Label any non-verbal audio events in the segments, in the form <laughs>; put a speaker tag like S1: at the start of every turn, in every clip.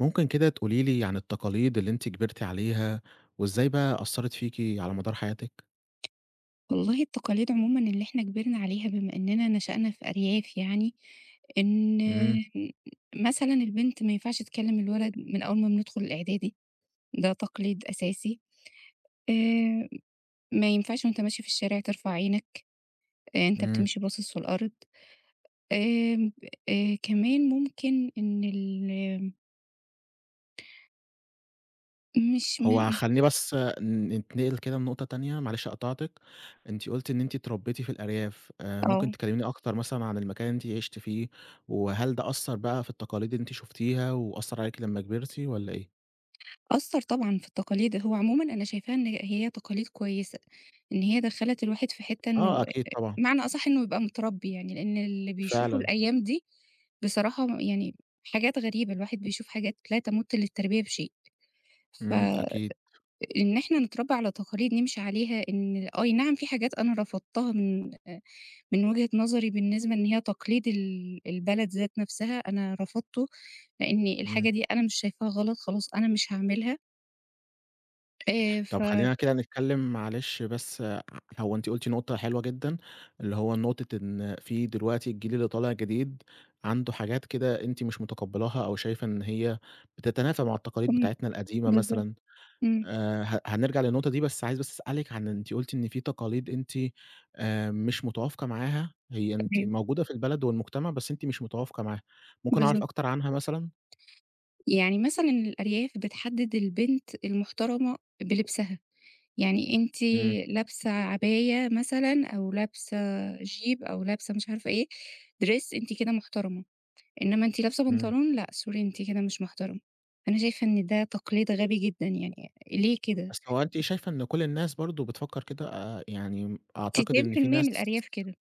S1: ممكن كده تقولي لي عن التقاليد اللي أنتِ كبرتِ عليها، وإزاي بقى أثّرت فيكِ على مدار حياتِك؟
S2: والله التقاليد عمومًا اللي إحنا كبرنا عليها بما إننا نشأنا في أرياف يعني، إن
S1: إمم،
S2: مثلًا البنت ما ينفعش تكلم الولد من أول ما بندخل الإعدادي، ده تقليد أساسي. آآ ما ينفعش وأنت ماشي في الشارع ترفع عينك، آه، أنت
S1: إمم.
S2: بتمشي باصص في الأرض. آمم كمان ممكن إن ال مش م
S1: هو خلّيني بس نتنقل كده لنقطة تانية، معلش قطعتِك، أنتِ قُلتِ إن أنتِ اتربيتِ في الأرياف،
S2: آه،
S1: ممكن تكلميني أكتر مثلًا عن المكان اللي أنتِ عِشتِ فيه، وهل ده أثّر بقى في التقاليد اللي أنتِ شُفتيها وأثّر عليكِ لمّا كبرتِ والّا إيه؟
S2: أثّر طبعًا في التقاليد. هو عمومًا أنا شايفاها إن هي تقاليد كويسة، إن هي دخّلت الواحد في حتّة إنه
S1: آه أكيد طبعًا،
S2: معنى أصح إنه يبقى متربي يعني، لإن اللي بيشوفه
S1: فعلًا،
S2: الأيام دي بصراحة يعني حاجات غريبة، الواحد بيشوف حاجات لا تمُت للتربية بشيء،
S1: إمم، أكيد،
S2: فإن إحنا نتربى على تقاليد نمشي عليها إن أي نعم في حاجات أنا رفضتها من وجهة نظري بالنسبة إن هي تقليد ال البلد ذات نفسها، أنا رفضته لإن
S1: إمم.
S2: الحاجة دي أنا مش شايفاها غلط، خلاص أنا مش هاعملها. ف
S1: طب خلّينا كده نتكلّم معلش بس ع هو أنتِ قُلتِ نقطة حلوة جدًا، اللي هو نقطة إن في دلوقتي الجيل اللي طالع جديد عنده حاجات كده أنتِ مش متقبّلاها أو شايفة إن هي بتتنافى مع التقاليد
S2: إمم،
S1: بتاعتنا القديمة
S2: بالضبط،
S1: مثلًا،
S2: إمم،
S1: ه هنرجع للنقطة دي بس عايز بس أسألِك عن أنتِ قُلتِ إن في تقاليد أنتِ مش متوافقة معاها، هي أنتِ
S2: أيوه،
S1: موجودة في البلد والمجتمع بس أنتِ مش متوافقة معاها، ممكن أعرف
S2: بالضبط.
S1: أكتر عنها مثلًا؟
S2: يعني مثلًا الأرياف بتحدد البنت المحترمة بلبسها، يعني أنتِ
S1: إمم،
S2: لابسة عباية مثلًا أو لابسة جيب أو لابسة مش عارفة إيه، dress أنتِ كده محترمة، إنما أنتِ لابسة
S1: إمم.
S2: بنطلون لأ sorry أنتِ كده مش محترمة. أنا شايفة إن ده تقليد غبي جدًا يعني ليه كده؟
S1: بس هو أنتِ شايفة إن كل الناس برضه بتفكّر كده؟ يعني أعتقد إن في
S2: 90% من
S1: ناس
S2: الأرياف كده.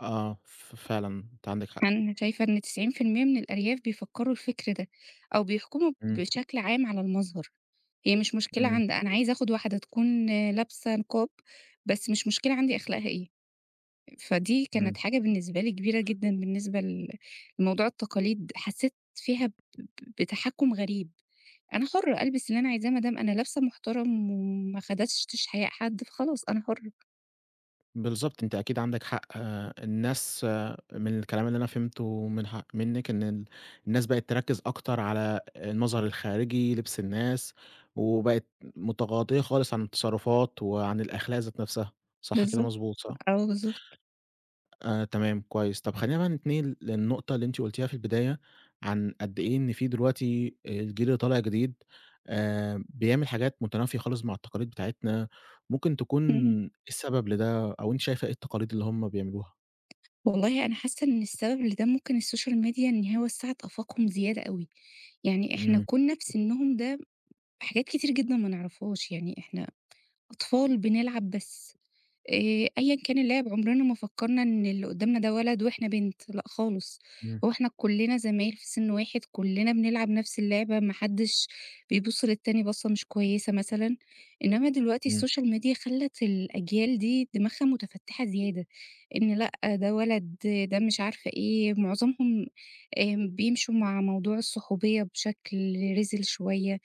S1: آه، فعلًا أنتِ عندِك حق.
S2: أنا شايفة إن 90% من الأرياف بيفكّروا الفكر ده، أو بيحكموا
S1: إمم،
S2: بشكل عام على المظهر، هي مش مشكلة
S1: إمم،
S2: عند أنا عايزة آخُد واحدة تكون لابسة نقاب، بس مش مشكلة عندي أخلاقها إيه، فدي كانت
S1: إمم.
S2: حاجة بالنسبة لي كبيرة جدًا بالنسبة لموضوع التقاليد، حسّيت فيها بتحكُّم غريب، أنا حُرّة ألبس اللي أنا عايزاه ما دام أنا لابسة محترم وما خدشتش حياء حد، فخلاص أنا حُرّة.
S1: بالضبط، أنتِ أكيد عندِك حق. آه، الناس آه، من الكلام اللي أنا فهمته من ح منِّك إن الناس بقت تركّز أكتر على المظهر الخارجي، لبس الناس، وبقت متغاضية خالص عن التصرفات وعن الأخلاق ذات نفسها. صح كده
S2: بالضبط،
S1: مضبوط، صح؟
S2: آه بالضبط،
S1: آه، تمام كويس. طب خلّينا بقى نتنقل للنقطة اللي أنتِ قُلتيها في البداية، عن قد إيه إن في دلوقتي الجيل اللي طالع جديد بيعمل حاجات متنافية خالص مع التقاليد بتاعتنا، ممكن تكون
S2: إمم. <laughs>
S1: السبب لده أو أنتِ شايفة إيه التقاليد اللي هم بيعملوها؟
S2: والله أنا حاسة إن السبب لده ممكن السوشيال ميديا إن هو وسّعت آفاقهم زيادة أوي، يعني إحنا
S1: إمم،
S2: كُنّا في سِنّهم ده حاجات كتير جدًا ما نعرفهاش، يعني إحنا أطفال بنلعب بس. أيًا كان اللاعب عمرنا ما فكّرنا إن اللي قدّامنا ده ولد وإحنا بنت، لأ خالص،
S1: إمم،
S2: هو إحنا كُلّنا زمايل في سِن واحد، كُلّنا بنلعب نفس اللعبة، ما حدّش بيبُص للتاني بَصّة مش كويسة مثلًا، إنّما دلوقتي
S1: إمم،
S2: الSocial Media خلّت الأجيال دي دماغها متفتّحة زيادة، إن لأ ده ولد، ده مش عارفة إيه، معظمهم بيمشوا مع موضوع الصحوبية بشكل رِزل شوية،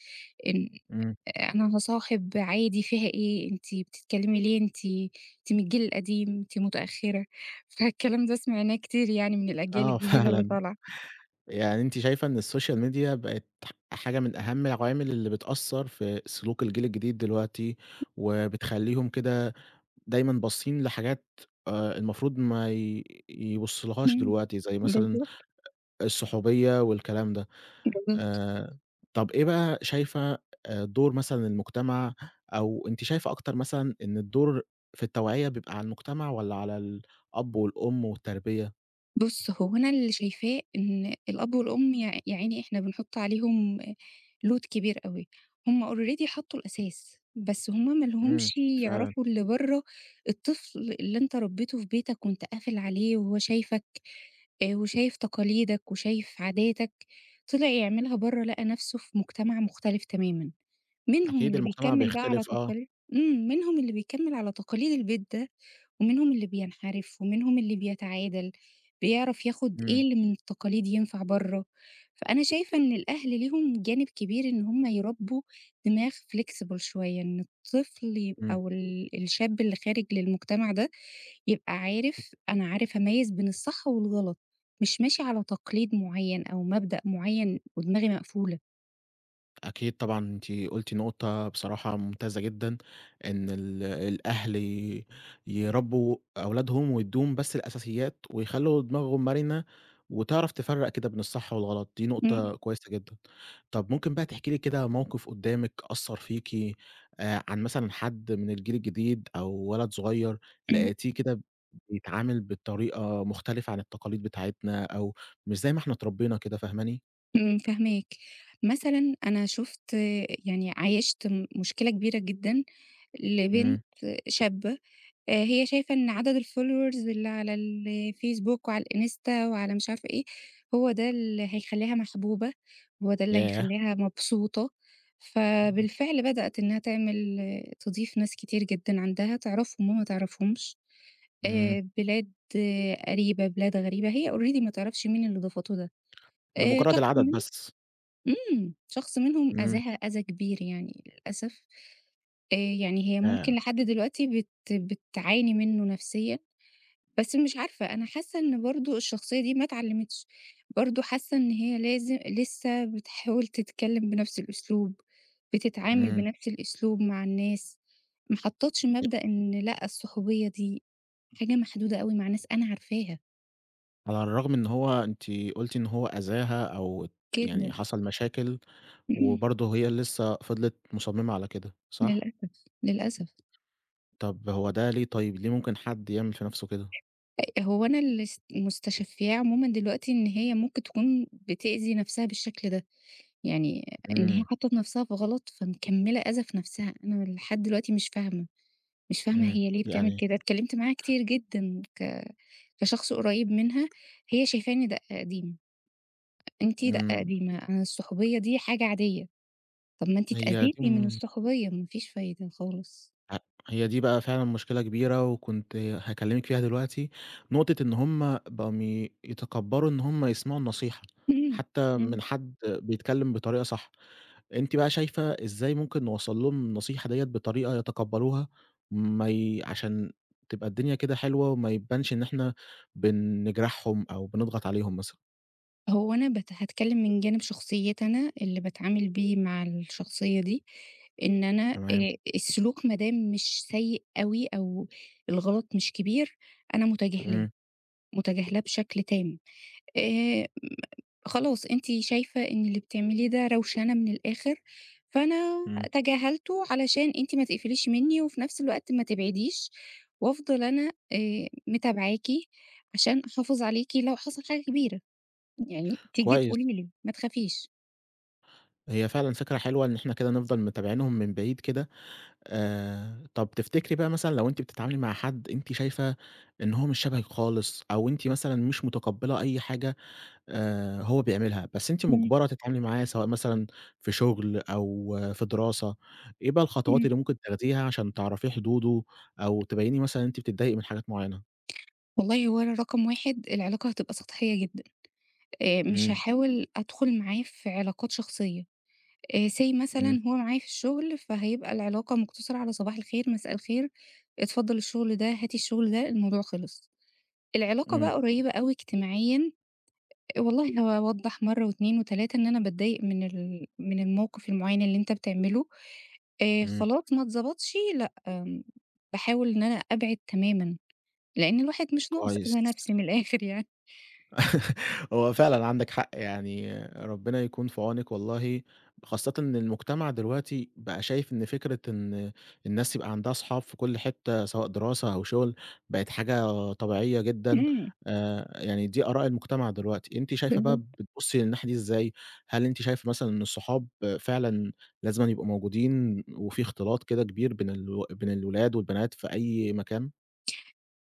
S2: إن
S1: إمم،
S2: أنا هاصاحب عادي فيها إيه، أنتِ بتتكلمي ليه، أنتِ من الجيل القديم، أنتِ متأخرة، <laughs> فالكلام ده سمعناه كتير يعني من الأجيال
S1: آه
S2: الجديدة
S1: <laughs>
S2: اللي
S1: فعلًا،
S2: طالعة.
S1: يعني أنتِ شايفة إن السوشيال ميديا بقت حاجة من أهم العوامل اللي بتأثّر في سلوك الجيل الجديد دلوقتي، وبتخلّيهم كده دايمًا باصين لحاجات المفروض ما ي يبُصّلهاش
S2: إمم،
S1: دلوقتي، زي مثلًا
S2: بالضبط،
S1: الصحوبية والكلام ده.
S2: بالضبط.
S1: آآ طَب إيه بقى شايفة دور مثلًا المجتمع أو أنتِ شايفة أكتر مثلًا إن الدور في التوعية بيبقى على المجتمع والّا على الأب والأم والتربية؟
S2: بُص، هو أنا اللي شايفاه إن الأب والأم يا عيني إحنا بنحُط عليهم load كبير أوي، هم already حطّوا الأساس، بس هم ما
S1: إمم،
S2: لهمش
S1: فعلًا،
S2: يعرفوا اللي برّه. الطفل اللي أنت ربّيته في بيتك وأنت قافل عليه وهو شايفك وشايف تقاليدك وشايف عاداتك، طلع يعملها برّه لقى نَفْسه في مجتمع مختلف تمامًا، منهم
S1: أكيد
S2: اللي
S1: المجتمع
S2: بيكمّل بقى على
S1: بيختلف آه،
S2: تقاليد. منهم اللي بيكمّل على تقاليد البيت ده ومنهم اللي بينحرف، ومنهم اللي بيتعادل، بيعرف ياخد إيه
S1: إمم،
S2: اللي من التقاليد ينفع برّه، فأنا شايفة إن الأهل ليهم جانب كبير إن هم يربّوا دماغ flexible شوية، إن الطفل يبقى
S1: إمم.
S2: أو ال الشاب اللي خارج للمجتمع ده يبقى عارف أنا عارف أميّز بين الصح والغلط، مش ماشي على تقليد معيّن أو مبدأ معيّن ودماغي مقفولة.
S1: أكيد طبعًا أنتِ قُلتِ نقطة بصراحة ممتازة جدًا، إن الأهل يربّوا أولادهم ويدّوهم بس الأساسيات، ويخلّوا دماغهم مرنة وتعرف تفرّق كده بين الصح والغلط، دي
S2: إمم،
S1: نقطة كويسة جدًا. طَب ممكن بقى تحكي لي كده موقف قدّامِك أثّر فيكِ عن مثلًا حد من الجيل الجديد أو ولد صغير
S2: إمم،
S1: لقيتيه كده بيتعامل بطريقة مختلفة عن التقاليد بتاعتنا أو مش زي ما إحنا اتربينا كده فاهماني؟
S2: إمم، فاهماك. مثلًا أنا شُفت يعني عايشت مشكلة كبيرة جدًا لبنت
S1: إمم،
S2: شابة، هي شايفة إن عدد الfollowers اللي على الفيسبوك وعلى الإنستا وعلى مش عارفة إيه، هو ده اللي هيخلّيها محبوبة، هو ده اللي
S1: ياه!
S2: هيخلّيها مبسوطة، فبالفعل بدأت إنها تعمل آه، تضيف ناس كتير جدًا عندها تعرفهم وما تعرفهمش،
S1: إمم.
S2: بلاد آه، قريبة، بلاد غريبة، هي already ما تعرفش مين اللي ضافته ده، آآ
S1: لمجرد
S2: شخص
S1: العدد بس.
S2: شخص منهم
S1: إمم.
S2: أذاها أذى كبير يعني للأسف، يعني هي
S1: ياه!
S2: ممكن لحد دلوقتي بتعاني منه نفسيًا، بس مش عارفة أنا حاسة إن برضه الشخصية دي ما اتعلمتش، برضه حاسة إن هي لازم لسه بتحاول تتكلم بنفس الأسلوب، بتتعامل
S1: إمم.
S2: بنفس الأسلوب مع الناس، ما حطتش
S1: ي
S2: مبدأ إن لأ الصحوبية دي حاجة محدودة أوي مع ناس أنا عارفاها،
S1: على الرغم إن هو أنتِ قُلتِ إن هو أذاها أو ات
S2: جدًا،
S1: يعني حصل مشاكل،
S2: إمم،
S1: وبرضه هي لسه فضلت مصممة على كده، صح؟
S2: للأسف، للأسف.
S1: طب هو ده ليه طيب، ليه ممكن حد يعمل في نَفْسه كده؟
S2: هو أنا اللي مستشفّياه عمومًا دلوقتي إن هي ممكن تكون بتأذي نَفْسها بالشكل ده، يعني إن هي
S1: إمم،
S2: حطّت نَفْسها في غلط فمكمّلة أذى في نَفْسها، أنا لحد دلوقتي مش فاهمة، مش فاهمة
S1: إمم.
S2: هي ليه بتعمل
S1: يعني
S2: كده، اتكلّمت معاها كتير جدًا كشخص قريّب منها، هي شايفاني دَقّة قديمة، أنتِ دَقّة
S1: إمم،
S2: قديمة، أنا الصحوبية دي حاجة عادية، طَب ما أنتِ
S1: هي
S2: اتأذيتِ
S1: دي م
S2: من الصحوبية ما فيش فايدة خالص.
S1: ه هي دي بقى فعلًا مشكلة كبيرة وكنت هاكلمِك فيها دلوقتي، نقطة إن هُم بقوا يتكبّروا إن هُم يسمعوا النصيحة،
S2: <laughs> إمم،
S1: حتى
S2: إمم.
S1: من حد بيتكلم بطريقة صح. أنتِ بقى شايفة إزاي ممكن نوصّل لهم النصيحة ديّة بطريقة يتقبّلوها، ما ي عشان تبقى الدنيا كده حلوة وما يبانش إن إحنا بنجرحهم أو بنضغط عليهم مثلًا؟
S2: هو أنا هاتكلم من جانب شخصيتي أنا، اللي باتعامل بيه مع الشخصية دي، إن أنا
S1: تمام،
S2: السلوك ما دام مش سيء أوي أو الغلط مش كبير، أنا متجاهلاه،
S1: إمم،
S2: متجاهلاه بشكل تام. م خلاص أنتِ شايفة إن اللي بتعمليه ده روشنة من الآخر، فأنا
S1: إمم،
S2: تجاهلته علشان أنتِ ما تقفليش منّي وفي نفس الوقت ما تبعديش، وأفضل أنا متابعاكِ عشان أحافظ عليكِ لو حصل حاجة كبيرة. يعني تيجي تقولي
S1: كويس.
S2: لي ما تخافيش.
S1: هي فعلًا فكرة حلوة إن إحنا كده نفضل متابعينهم من بعيد كده. طَب تفتكري بقى مثلًا لو أنتِ بتتعاملي مع حد أنتِ شايفة إن هو مش شبهِك خالص أو أنتِ مثلًا مش متقبّلة أي حاجة هو بيعملها، بس أنتِ
S2: إمم،
S1: مُجبرة تتعاملي معاه سواء مثلًا في شغل أو آه، في دراسة، إيه بقى الخطوات
S2: إمم.
S1: اللي ممكن تاخديها عشان تعرفي حدوده أو تبيّني مثلًا إن أنتِ بتتضايقي من حاجات معيّنة؟
S2: والله هو أنا رقم 1 العلاقة هتبقى سطحية جدًا، مش
S1: إمم،
S2: هاحاول أدخل معاه في علاقات شخصية، say
S1: إمم،
S2: مثلًا هو معايا في الشغل فهيبقى العلاقة مقتصرة على صباح الخير، مساء الخير، اتفضل الشغل ده، هاتي الشغل ده، الموضوع خلص. العلاقة
S1: إمم،
S2: بقى قريبة أوي اجتماعيًا، والله هاوضّح مرة و2 و3 إن أنا باتضايق من ال من الموقف المعين اللي أنت بتعمله،
S1: إمم،
S2: خلاص ما اتضبطش لأ، باحاول إن أنا أبعد تمامًا. لإن الواحد مش ناقص
S1: كويس.
S2: أذى نفسي من الآخر يعني.
S1: <laughs> هو فعلًا عندك حق، يعني ربنا يكون في عونِك والله، خاصةً إن المجتمع دلوقتي بقى شايف إن فكرة إن الناس يبقى عندها أصحاب في كل حتة سواء دراسة أو شغل، بقت حاجة طبيعية جدًا،
S2: إمم.
S1: يعني دي آراء المجتمع دلوقتي، أنتِ شايفة بقى
S2: بالضبط.
S1: بتبُصّي للناحية دي إزاي؟ هل أنتِ شايفة مثلًا إن الصحاب فعلًا لازمًا يبقوا موجودين وفي اختلاط كده كبير بين بين الولاد والبنات في أي مكان؟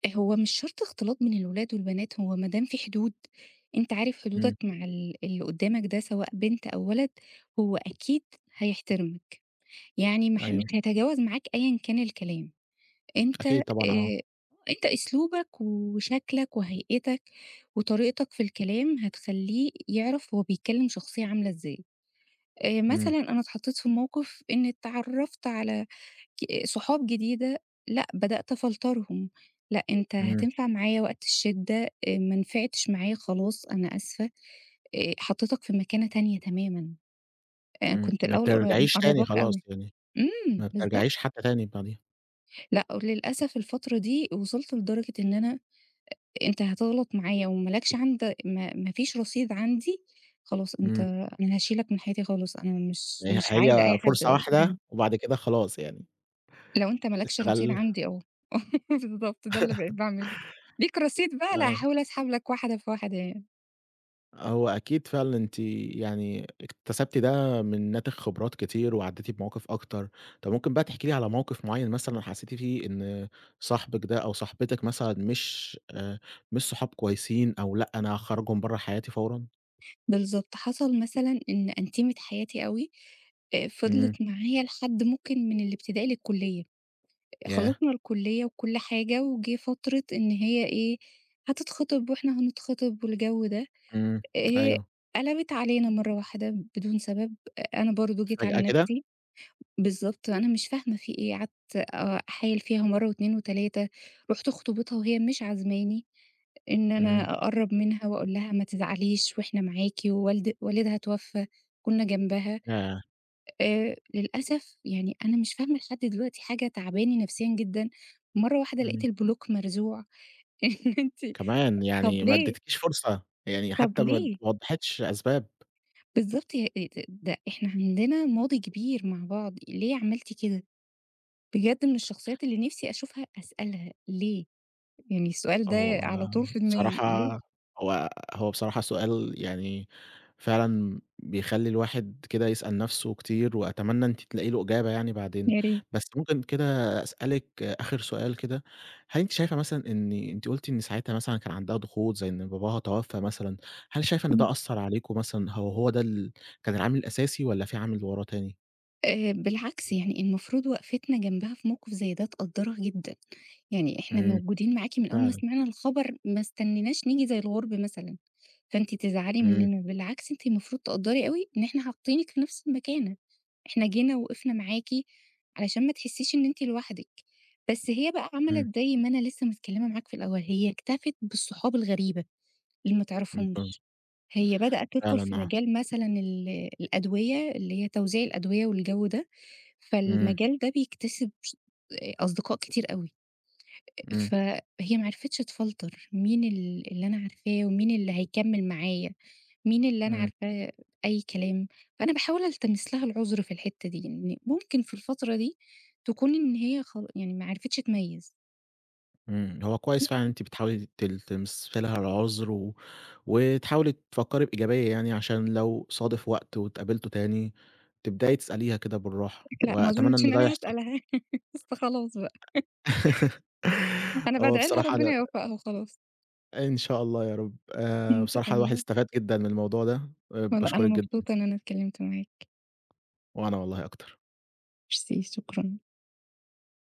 S2: هو مش شرط اختلاط من الولاد والبنات، هو ما دام في حدود، أنت عارف حدودك
S1: إمم،
S2: مع ال اللي قدّامك ده سواء بنت أو ولد، هو أكيد هيحترمك، يعني مش
S1: أيوه،
S2: هيتجاوز معاك أيًا كان الكلام، أنت
S1: أكيد طبعًا آه،
S2: آآ أنت أسلوبك وشكلك وهيئتك وطريقتك في الكلام هتخلّيه يعرف هو بيكلّم شخصية عاملة إزاي.
S1: إمم،
S2: مثلًا أنا اتحطيت في موقف إن اتعرّفت على صحاب جديدة. لأ، بدأت أفلترهم، لأ أنت
S1: إمم.
S2: هتنفع معايا وقت الشدة، ما نفعتش معايا خلاص أنا آسفة، حطيتك في مكانة تانية تمامًا، آآ
S1: إمم،
S2: كنت
S1: ما
S2: الأول قر
S1: بترجعيش تاني
S2: مقرّباك
S1: خلاص
S2: أوي.
S1: يعني،
S2: إمم،
S1: ما
S2: بالضبط.
S1: بترجعيش حتى تاني بعديها،
S2: لأ، وللأسف الفترة دي وصلت لدرجة إن أنا أنت هتغلط معايا وما لكش عند ما ما فيش رصيد عندي، خلاص أنت
S1: إمم،
S2: أنا هاشيلك من حياتي خالص، أنا
S1: هي
S2: مش عايزة أي
S1: هي
S2: حد.
S1: فرصة واحدة وبعد كده خلاص يعني
S2: لو أنت ما لكش
S1: استغل
S2: رصيد عندي آه، بالضبط <laughs> ده اللي بقيت باعمله، ليك رصيد بقى لأ
S1: آه،
S2: هاحاول أسحب لك واحدة في واحدة يعني.
S1: هو أكيد فعلًا أنتِ يعني اكتسبتِ ده من ناتج خبرات كتير وعدّيتِ بمواقف أكتر، طب ممكن بقى تحكي لي على موقف معيّن مثلًا حسيتِ فيه إن صاحبِك ده أو صاحبتِك مثلًا مش صحاب كويسين أو لأ أنا هاخرّجهم برّه حياتي فورًا؟
S2: بالضبط، حصل مثلًا إن أنتيمة حياتي أوي،
S1: إمم،
S2: فضلت معايا لحد ممكن من الابتدائي للكلية،
S1: ياه!
S2: خلصنا الكلية وكل حاجة وجه فترة إن هي إيه، هتتخطب وإحنا هنتخطب والجو ده،
S1: إمم،
S2: آآ،
S1: أيوه،
S2: قلبت علينا مرة واحدة بدون سبب، آه، أنا برضه جيت على
S1: فجأة كده؟
S2: نفسي. بالضبط، أنا مش فاهمة في إيه، قعدت أحايل فيها مرّة و2 و3، رُحت خطوبتها وهي مش عازماني إن
S1: إمم،
S2: أنا أقرّب منها وأقول لها ما تزعليش وإحنا معاكِ، ووالد والدها توفى كُنّا جنبها،
S1: ياه!
S2: للأسف يعني أنا مش فاهمة لحد دلوقتي حاجة تعباني نفسيًا جدًا، مرّة واحدة لقيت
S1: إمم.
S2: البلوك مرزوع. <laughs> إن أنتِ
S1: كمان!
S2: طَب
S1: يعني ما
S2: ليه؟
S1: اديتكيش فرصة، يعني
S2: طَب
S1: حتى ما
S2: ليه؟
S1: وضّحتش أسباب.
S2: بالضبط ي ت ده إحنا عندنا ماضي كبير مع بعض، ليه عملتِ كده؟ بجد من الشخصيات اللي نِفْسي أشوفها أسألها ليه؟ يعني السؤال ده
S1: هو
S2: على طول في دماغي، ليه؟
S1: بصراحة هو بصراحة سؤال يعني فعلًا بيخلّي الواحد كده يسأل نَفْسه كتير، وأتمنى أنتِ تلاقي له إجابة يعني بعدين.
S2: يا ريت.
S1: بس ممكن كده أسألِك آخر سؤال كده، هل أنتِ شايفة مثلًا إن أنتِ قُلتِ إن ساعتها مثلًا كان عندها ضغوط زي إن باباها توفى مثلًا، هل شايفة إن
S2: إمم.
S1: ده أثّر عليكم مثلًا هو ده كان العامل الأساسي والّا في عامل وراه تاني؟
S2: بالعكس يعني المفروض وقفتنا جنبها في موقف زي ده تقدّرها جدًا، يعني إحنا
S1: إمم،
S2: موجودين معاكِ من أول ما
S1: فعلًا.
S2: سمعنا الخبر، ما استنيناش نيجي زي الغُرب مثلًا، فأنتِ تزعلي
S1: إمم،
S2: مننا، بالعكس أنتِ المفروض تقدّري أوي إن إحنا حاطينِك في نفس المكانة، إحنا جينا ووقفنا معاكِ علشان ما تحسيش إن أنتِ لوحدِك، بس هي بقى
S1: إمم.
S2: عملت زي ما أنا لسه متكلمة معاك في الأول، هي اكتفت بالصحاب الغريبة اللي ما تعرفيهمش.
S1: بالضبط،
S2: هي بدأت تدخل
S1: فعلًا
S2: في
S1: آه،
S2: مجال مثلًا ال الأدوية، اللي هي توزيع الأدوية والجو ده،
S1: إمم،
S2: فالمجال ده بيكتسب أصدقاء كتير أوي،
S1: إمم،
S2: فهي ما عرفتش تفلتر مين ال اللي أنا عارفاه ومين اللي هيكمّل معايا، مين اللي أنا
S1: إمم،
S2: عارفاه أي كلام، فأنا باحاول ألتمس لها العذر في الحتّة دي، إن ممكن في الفترة دي تكون إن هي يعني ما عرفتش تميّز،
S1: إمم، هو كويس فعلًا إن أنتِ بتحاولي تمثّلي لها العذر وتحاولي تفكّري بإيجابية يعني عشان لو صادف وقت واتقابلتوا تاني، تبدأي تسأليها كده بالراحة،
S2: لأ ما
S1: وأتمنى
S2: أظنش
S1: إن
S2: إن
S1: ده
S2: أنا
S1: يحصل.
S2: هاسألها. <laughs> بس خلاص بقى،
S1: <laughs>
S2: أنا
S1: هو
S2: بادعي لها
S1: بصراحة
S2: ربنا
S1: أنا
S2: يوفقها وخلاص.
S1: إن شاء الله يا رب،
S2: إن شاء
S1: بصراحة الواحد
S2: الله.
S1: استفاد جدًا من الموضوع ده،
S2: والله أنا
S1: باشكرِك جدًا،
S2: مبسوطة إن أنا اتكلمت معاك،
S1: وأنا والله أكتر.
S2: ميرسي، شكرًا.